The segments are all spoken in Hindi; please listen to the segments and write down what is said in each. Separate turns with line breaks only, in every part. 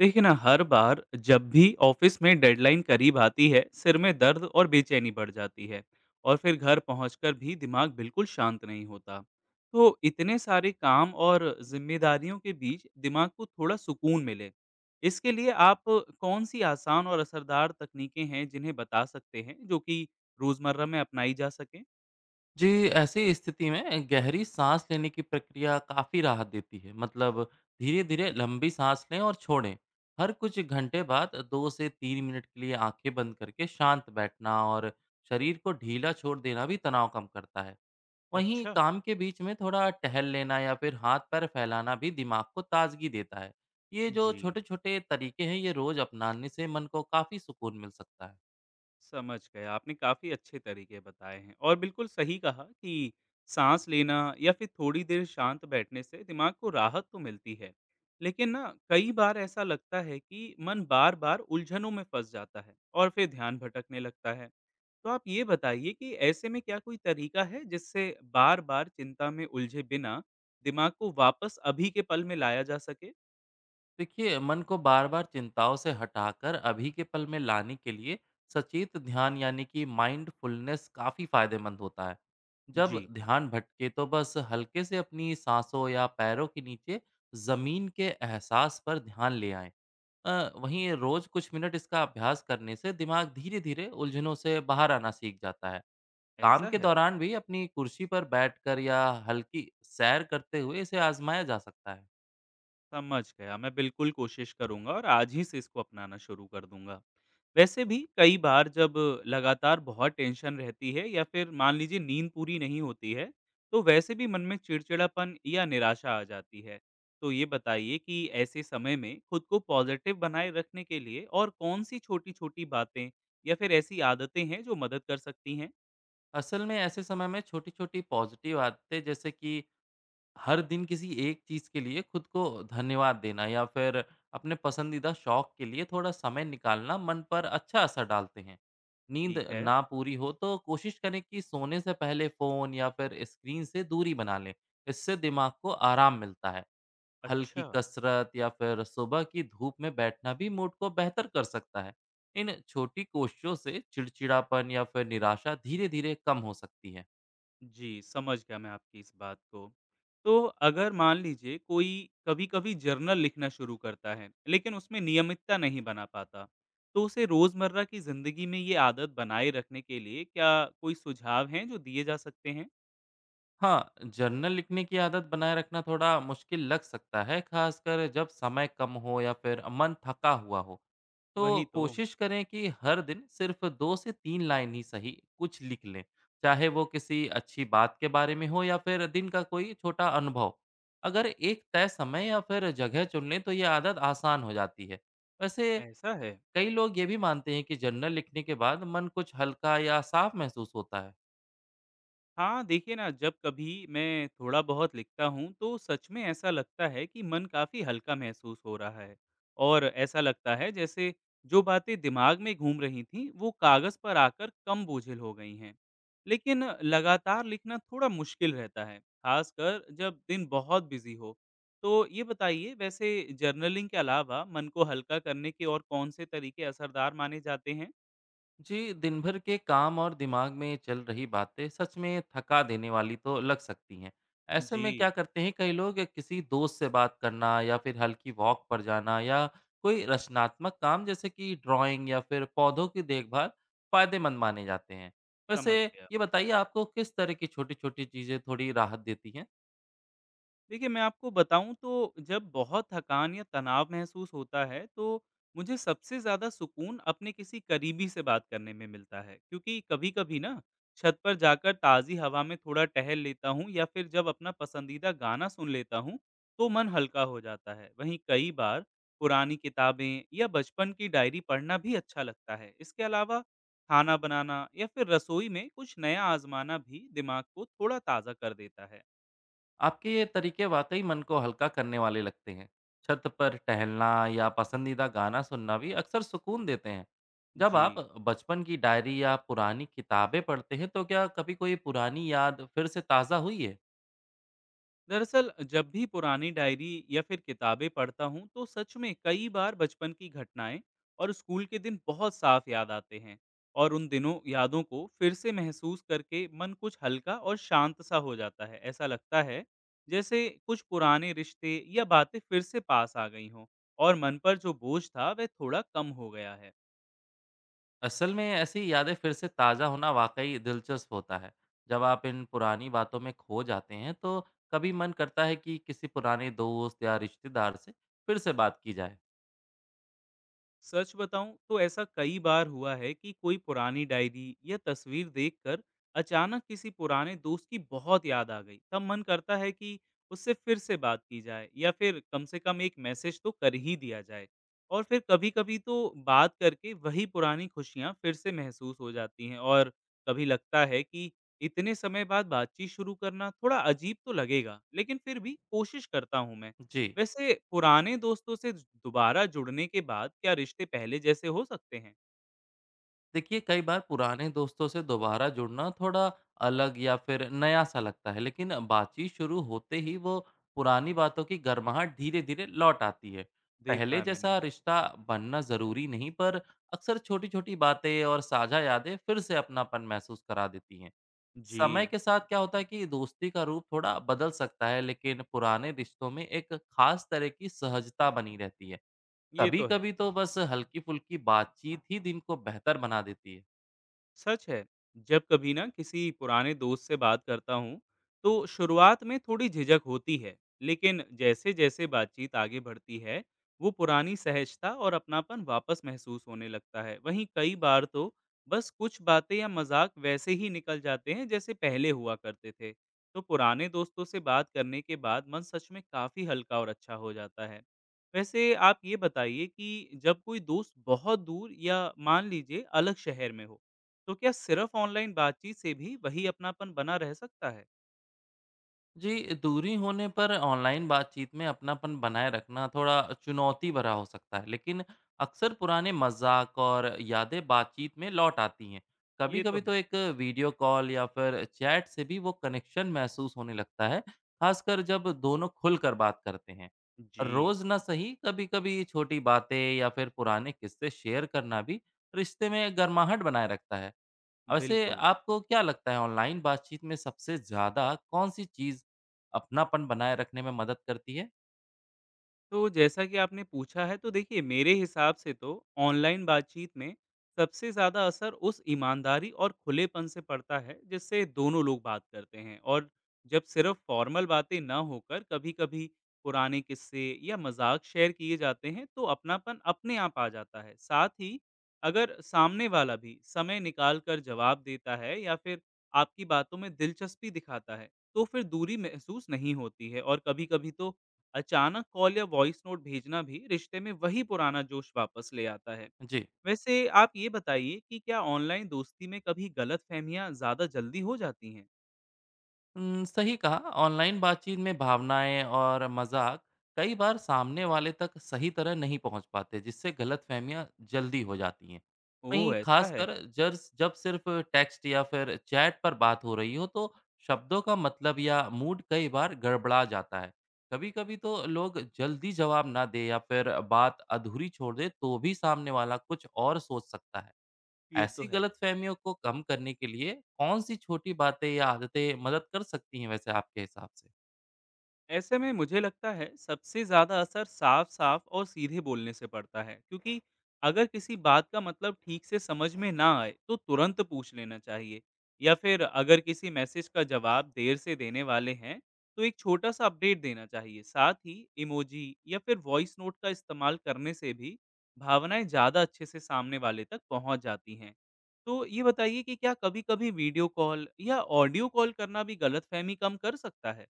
देखिए ना, हर बार जब भी ऑफिस में डेडलाइन करीब आती है सिर में दर्द और बेचैनी बढ़ जाती है। और फिर घर पहुंचकर भी दिमाग बिल्कुल शांत नहीं होता। तो इतने सारे काम और जिम्मेदारियों के बीच दिमाग को थोड़ा सुकून मिले, इसके लिए आप कौन सी आसान और असरदार तकनीकें हैं जिन्हें बता सकते हैं जो कि रोजमर्रा में अपनाई जा सके?
जी, ऐसी स्थिति में गहरी साँस लेने की प्रक्रिया काफ़ी राहत देती है। मतलब धीरे-धीरे लंबी साँस लें और छोड़ें। हर कुछ घंटे बाद 2 से 3 मिनट के लिए आँखें बंद करके शांत बैठना और शरीर को ढीला छोड़ देना भी तनाव कम करता है। वहीं
अच्छा।
काम के बीच में थोड़ा टहल लेना या फिर हाथ-पैर फैलाना भी दिमाग को ताज़गी देता है। ये जो
जी,
छोटे-छोटे तरीके हैं, ये रोज़ अपनाने से मन को काफ़ी सुकून मिल सकता है।
समझ गया। आपने काफ़ी अच्छे तरीके बताए हैं और बिल्कुल सही कहा कि साँस लेना या फिर थोड़ी देर शांत बैठने से दिमाग को राहत तो मिलती है। लेकिन ना, कई बार ऐसा लगता है कि मन बार-बार उलझनों में फँस जाता है और फिर ध्यान भटकने लगता है। तो आप ये बताइए कि ऐसे में क्या कोई तरीका है जिससे बार-बार चिंता में उलझे बिना दिमाग को वापस अभी के पल में लाया जा सके?
देखिए मन को बार बार चिंताओं से हटाकर अभी के पल में लाने के लिए सचेत ध्यान यानी कि माइंडफुलनेस काफ़ी फायदेमंद होता है।
जी,
जब ध्यान भटके तो बस हल्के से अपनी सांसों या पैरों के नीचे ज़मीन के एहसास पर ध्यान ले आएं। वहीं रोज़ कुछ मिनट इसका अभ्यास करने से दिमाग धीरे धीरे उलझनों से बाहर आना सीख जाता है। काम
ऐसा
के
है?
दौरान भी अपनी कुर्सी पर बैठकर या हल्की सैर करते हुए इसे आजमाया जा सकता है।
समझ गया, मैं बिल्कुल कोशिश करूंगा और आज ही से इसको अपनाना शुरू कर दूंगा। वैसे भी कई बार जब लगातार बहुत टेंशन रहती है या फिर मान लीजिए नींद पूरी नहीं होती है, तो वैसे भी मन में चिड़चिड़ापन या निराशा आ जाती है। तो ये बताइए कि ऐसे समय में खुद को पॉजिटिव बनाए रखने के लिए और कौन सी छोटी छोटी बातें या फिर ऐसी आदतें हैं जो मदद कर सकती हैं?
असल में ऐसे समय में छोटी छोटी पॉजिटिव आदतें जैसे कि हर दिन किसी एक चीज के लिए खुद को धन्यवाद देना या फिर अपने पसंदीदा शौक के लिए थोड़ा समय निकालना मन पर अच्छा असर डालते हैं। नींद
ठीक है।
ना पूरी हो तो कोशिश करें कि सोने से पहले फोन या फिर स्क्रीन से दूरी बना लें। इससे दिमाग को आराम मिलता है। हल्की
अच्छा।
कसरत या फिर सुबह की धूप में बैठना भी मूड को बेहतर कर सकता है। इन छोटी कोशिशों से चिड़चिड़ापन या फिर निराशा धीरे धीरे कम हो सकती है।
जी, समझ गया मैं आपकी इस बात को। तो अगर मान लीजिए कोई कभी-कभी जर्नल लिखना शुरू करता है, लेकिन उसमें नियमितता नहीं बना पाता, तो उसे रोज़मर्रा की ज़िंदगी में ये आदत बनाए रखने के लिए क्या कोई सुझाव हैं जो दिए जा सकते हैं?
हाँ, जर्नल लिखने की आदत बनाए रखना थोड़ा मुश्किल लग सकता है, खासकर जब समय कम हो या फिर मन थका हुआ हो। तो
वही तो।
कोशिश करें कि हर दिन सिर्फ 2 से 3 लाइन ही सही कुछ लिख लें, चाहे वो किसी अच्छी बात के बारे में हो या फिर दिन का कोई छोटा अनुभव। अगर एक तय समय या फिर जगह चुन लें तो ये आदत आसान हो जाती है। वैसे
ऐसा है।
कई लोग ये भी मानते हैं कि जर्नल लिखने के बाद मन कुछ हल्का या साफ महसूस होता है।
हाँ, देखिए ना, जब कभी मैं थोड़ा बहुत लिखता हूँ तो सच में ऐसा लगता है कि मन काफ़ी हल्का महसूस हो रहा है। और ऐसा लगता है जैसे जो बातें दिमाग में घूम रही थीं वो कागज़ पर आकर कम बोझिल हो गई हैं। लेकिन लगातार लिखना थोड़ा मुश्किल रहता है, ख़ासकर जब दिन बहुत बिज़ी हो। तो ये बताइए, वैसे जर्नलिंग के अलावा मन को हल्का करने के और कौन से तरीके असरदार माने जाते हैं?
जी दिन भर के काम और दिमाग में चल रही बातें सच में थका देने वाली तो लग सकती हैं। ऐसे में क्या
जी।
करते हैं कई लोग किसी दोस्त से बात करना या फिर हल्की वॉक पर जाना या कोई रचनात्मक काम जैसे कि ड्राइंग या फिर पौधों की देखभाल फायदेमंद माने जाते हैं।
समझ
वैसे
गया।
ये बताइए आपको किस तरह की छोटी छोटी चीजें थोड़ी राहत देती हैं।
देखिए, मैं आपको बताऊँ तो जब बहुत थकान या तनाव महसूस होता है, तो मुझे सबसे ज़्यादा सुकून अपने किसी करीबी से बात करने में मिलता है। क्योंकि कभी-कभी ना, छत पर जाकर ताज़ी हवा में थोड़ा टहल लेता हूँ या फिर जब अपना पसंदीदा गाना सुन लेता हूँ, तो मन हल्का हो जाता है। वहीं कई बार पुरानी किताबें या बचपन की डायरी पढ़ना भी अच्छा लगता है। इसके अलावा खाना बनाना या फिर रसोई में कुछ नया आज़माना भी दिमाग को थोड़ा ताज़ा कर देता है।
आपके ये तरीके वाकई मन को हल्का करने वाले लगते हैं। छत पर टहलना या पसंदीदा गाना सुनना भी अक्सर सुकून देते हैं। जब
जी।
आप बचपन की डायरी या पुरानी किताबें पढ़ते हैं, तो क्या कभी कोई पुरानी याद फिर से ताज़ा हुई है?
दरअसल जब भी पुरानी डायरी या फिर किताबें पढ़ता हूँ तो सच में कई बार बचपन की घटनाएं और स्कूल के दिन बहुत साफ याद आते हैं। और उन दिनों यादों को फिर से महसूस करके मन कुछ हल्का और शांत सा हो जाता है। ऐसा लगता है जैसे कुछ पुराने रिश्ते या बातें फिर से पास आ गई हों और मन पर जो बोझ था वह थोड़ा कम हो गया है।
असल में ऐसी यादें फिर से ताज़ा होना वाकई दिलचस्प होता है। जब आप इन पुरानी बातों में खो जाते हैं, तो कभी मन करता है कि किसी पुराने दोस्त या रिश्तेदार से फिर से बात की जाए।
सच बताऊं तो ऐसा कई बार हुआ है कि कोई पुरानी डायरी या तस्वीर देखकर अचानक किसी पुराने दोस्त की बहुत याद आ गई। तब मन करता है कि उससे फिर से बात की जाए या फिर कम से कम एक मैसेज तो कर ही दिया जाए। और फिर कभी कभी तो बात करके वही पुरानी खुशियां फिर से महसूस हो जाती हैं। और कभी लगता है कि इतने समय बाद बातचीत शुरू करना थोड़ा अजीब तो लगेगा, लेकिन फिर भी कोशिश करता हूं मैं।
जी।
वैसे पुराने दोस्तों से दोबारा जुड़ने के बाद क्या रिश्ते पहले जैसे हो सकते हैं?
देखिए कई बार पुराने दोस्तों से दोबारा जुड़ना थोड़ा अलग या फिर नया सा लगता है लेकिन बातचीत शुरू होते ही वो पुरानी बातों की गर्माहट धीरे धीरे लौट आती है।
देखा
पहले
है मैंने।
जैसा रिश्ता बनना जरूरी नहीं पर अक्सर छोटी छोटी बातें और साझा यादें फिर से अपनापन महसूस करा देती हैं। समय
जी।
के साथ क्या होता है कि दोस्ती का रूप थोड़ा बदल सकता है लेकिन पुराने रिश्तों में एक खास तरह की सहजता बनी रहती है।
ये
कभी
तो है।
कभी तो बस हल्की फुल्की बातचीत ही दिन को बेहतर बना देती है।
सच है। जब कभी ना, किसी पुराने दोस्त से बात करता हूँ तो शुरुआत में थोड़ी झिझक होती है, लेकिन जैसे जैसे बातचीत आगे बढ़ती है वो पुरानी सहजता और अपनापन वापस महसूस होने लगता है। वहीं कई बार तो बस कुछ बातें या मजाक वैसे ही निकल जाते हैं जैसे पहले हुआ करते थे। तो पुराने दोस्तों से बात करने के बाद मन सच में काफी हल्का और अच्छा हो जाता है। वैसे आप ये बताइए कि जब कोई दोस्त बहुत दूर या मान लीजिए अलग शहर में हो, तो क्या सिर्फ ऑनलाइन बातचीत से भी वही अपनापन बना रह सकता है?
जी, दूरी होने पर ऑनलाइन बातचीत में अपनापन बनाए रखना थोड़ा चुनौती भरा हो सकता है, लेकिन अक्सर पुराने मज़ाक और यादें बातचीत में लौट आती हैं।
ये तो
कभी-कभी तो
है।
एक वीडियो कॉल या फिर चैट से भी वो कनेक्शन महसूस होने लगता है, खासकर जब दोनों खुलकर बात करते हैं।
जी,
रोज़ ना सही, कभी-कभी छोटी बातें या फिर पुराने किस्से शेयर करना भी रिश्ते में गर्माहट बनाए रखता है। वैसे
बिल्कुल।
आपको क्या लगता है ऑनलाइन बातचीत में सबसे ज़्यादा कौन-सी चीज़ अपनापन बनाए रखने में मदद करती है?
तो जैसा कि आपने पूछा है तो देखिए मेरे हिसाब से तो ऑनलाइन बातचीत में सबसे ज़्यादा असर उस ईमानदारी और खुलेपन से पड़ता है जिससे दोनों लोग बात करते हैं। और जब सिर्फ फॉर्मल बातें ना होकर कभी कभी पुराने किस्से या मजाक शेयर किए जाते हैं तो अपनापन अपने आप आ जाता है। साथ ही अगर सामने वाला भी समय निकाल कर जवाब देता है या फिर आपकी बातों में दिलचस्पी दिखाता है तो फिर दूरी महसूस नहीं होती है। और कभी कभी तो अचानक कॉल या वॉइस नोट भेजना भी रिश्ते में वही पुराना जोश वापस ले आता है।
जी।
वैसे आप ये बताइए कि क्या ऑनलाइन दोस्ती में कभी गलतफहमियां ज़्यादा जल्दी हो जाती हैं?
सही कहा। ऑनलाइन बातचीत में भावनाएं और मजाक कई बार सामने वाले तक सही तरह नहीं पहुंच पाते जिससे गलतफहमियां जल्दी हो जाती हैं।
ओह!
वहीं
ऐसा है।
खासकर जब जब सिर्फ टेक्स्ट या फिर चैट पर बात हो रही हो तो शब्दों का मतलब या मूड कई बार गड़बड़ा जाता है। कभी-कभी तो लोग जल्दी जवाब ना दे या फिर बात अधूरी छोड़ दे तो भी सामने वाला कुछ और सोच सकता है।
ये तो
ऐसी
है।
गलतफहमियों को कम करने के लिए कौन-सी छोटी बातें या आदतें मदद कर सकती हैं वैसे आपके हिसाब से?
ऐसे में मुझे लगता है सबसे ज़्यादा असर साफ साफ और सीधे बोलने से पड़ता है, क्योंकि अगर किसी बात का मतलब ठीक से समझ में ना आए तो तुरंत पूछ लेना चाहिए। या फिर अगर किसी मैसेज का जवाब देर से देने वाले हैं तो एक छोटा सा अपडेट देना चाहिए। साथ ही इमोजी या फिर वॉइस नोट का इस्तेमाल करने से भी भावनाएं ज़्यादा अच्छे से सामने वाले तक पहुंच जाती हैं। तो ये बताइए कि क्या कभी कभी वीडियो कॉल या ऑडियो कॉल करना भी गलतफहमी कम कर सकता है?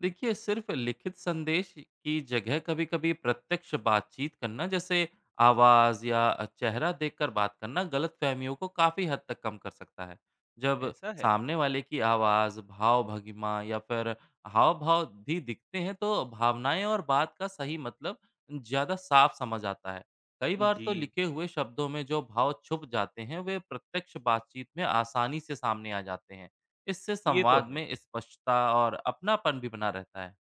देखिए सिर्फ लिखित संदेश की जगह कभी-कभी प्रत्यक्ष बातचीत करना जैसे आवाज या चेहरा देखकर बात करना गलतफहमियों को काफी हद तक कम कर सकता है। जब
ऐसा है।
सामने वाले की आवाज, भाव भंगिमा या फिर हाव-भाव भी दिखते हैं तो भावनाएं और बात का सही मतलब ज्यादा साफ समझ आता है। कई बार तो
जी।
लिखे हुए शब्दों में जो भाव छुप जाते हैं वे प्रत्यक्ष बातचीत में आसानी से सामने आ जाते हैं। इससे
ये तो
संवाद
है।
में स्पष्टता और अपनापन भी बना रहता है।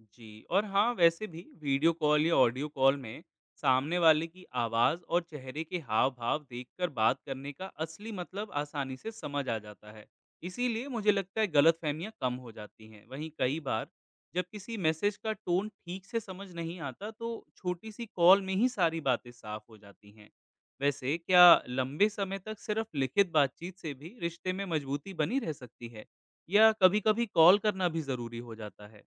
जी, और हाँ, वैसे भी वीडियो कॉल या ऑडियो कॉल में सामने वाले की आवाज़ और चेहरे के हाव-भाव देखकर बात करने का असली मतलब आसानी से समझ आ जाता है। इसीलिए मुझे लगता है गलतफ़हमियाँ कम हो जाती हैं। वहीं कई बार जब किसी मैसेज का टोन ठीक से समझ नहीं आता, तो छोटी-सी कॉल में ही सारी बातें साफ़ हो जाती हैं। वैसे क्या लंबे समय तक सिर्फ़ लिखित बातचीत से भी रिश्ते में मज़बूती बनी रह सकती है या कभी-कभी कॉल करना भी ज़रूरी हो जाता है?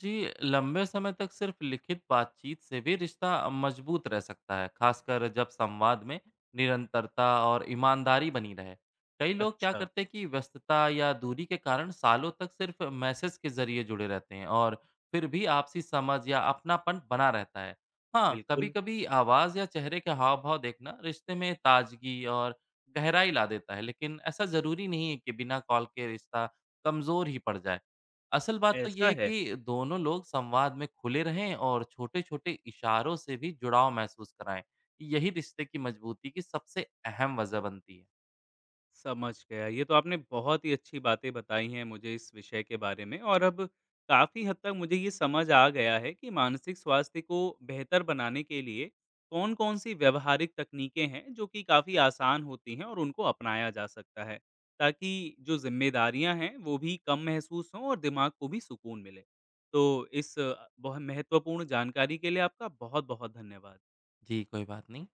जी। लंबे समय तक सिर्फ लिखित बातचीत से भी रिश्ता मजबूत रह सकता है खासकर जब संवाद में निरंतरता और ईमानदारी बनी रहे। कई लोग क्या
अच्छा।
करते हैं कि व्यस्तता या दूरी के कारण सालों तक सिर्फ मैसेज के जरिए जुड़े रहते हैं और फिर भी आपसी समझ या अपनापन बना रहता है। हाँ कभी
बिल्कुल।
कभी आवाज़ या चेहरे के हाव भाव देखना रिश्ते में ताजगी और गहराई ला देता है लेकिन ऐसा ज़रूरी नहीं है कि बिना कॉल के रिश्ता कमज़ोर ही पड़ जाए। असल बात तो यह
ऐसा
है
है।
कि दोनों लोग संवाद में खुले रहें और छोटे-छोटे इशारों से भी जुड़ाव महसूस कराएं। यही रिश्ते की मजबूती की सबसे अहम वजह बनती है।
समझ गया, ये तो आपने बहुत ही अच्छी बातें बताई हैं मुझे इस विषय के बारे में। और अब काफ़ी हद तक मुझे ये समझ आ गया है कि मानसिक स्वास्थ्य को बेहतर बनाने के लिए कौन-कौन सी व्यावहारिक तकनीकें हैं, जो कि काफ़ी आसान होती हैं और उनको अपनाया जा सकता है, ताकि जो ज़िम्मेदारियाँ हैं, वो भी कम महसूस हों और दिमाग को भी सुकून मिले। तो इस बहुत महत्वपूर्ण जानकारी के लिए आपका बहुत-बहुत धन्यवाद।
जी, कोई बात नहीं।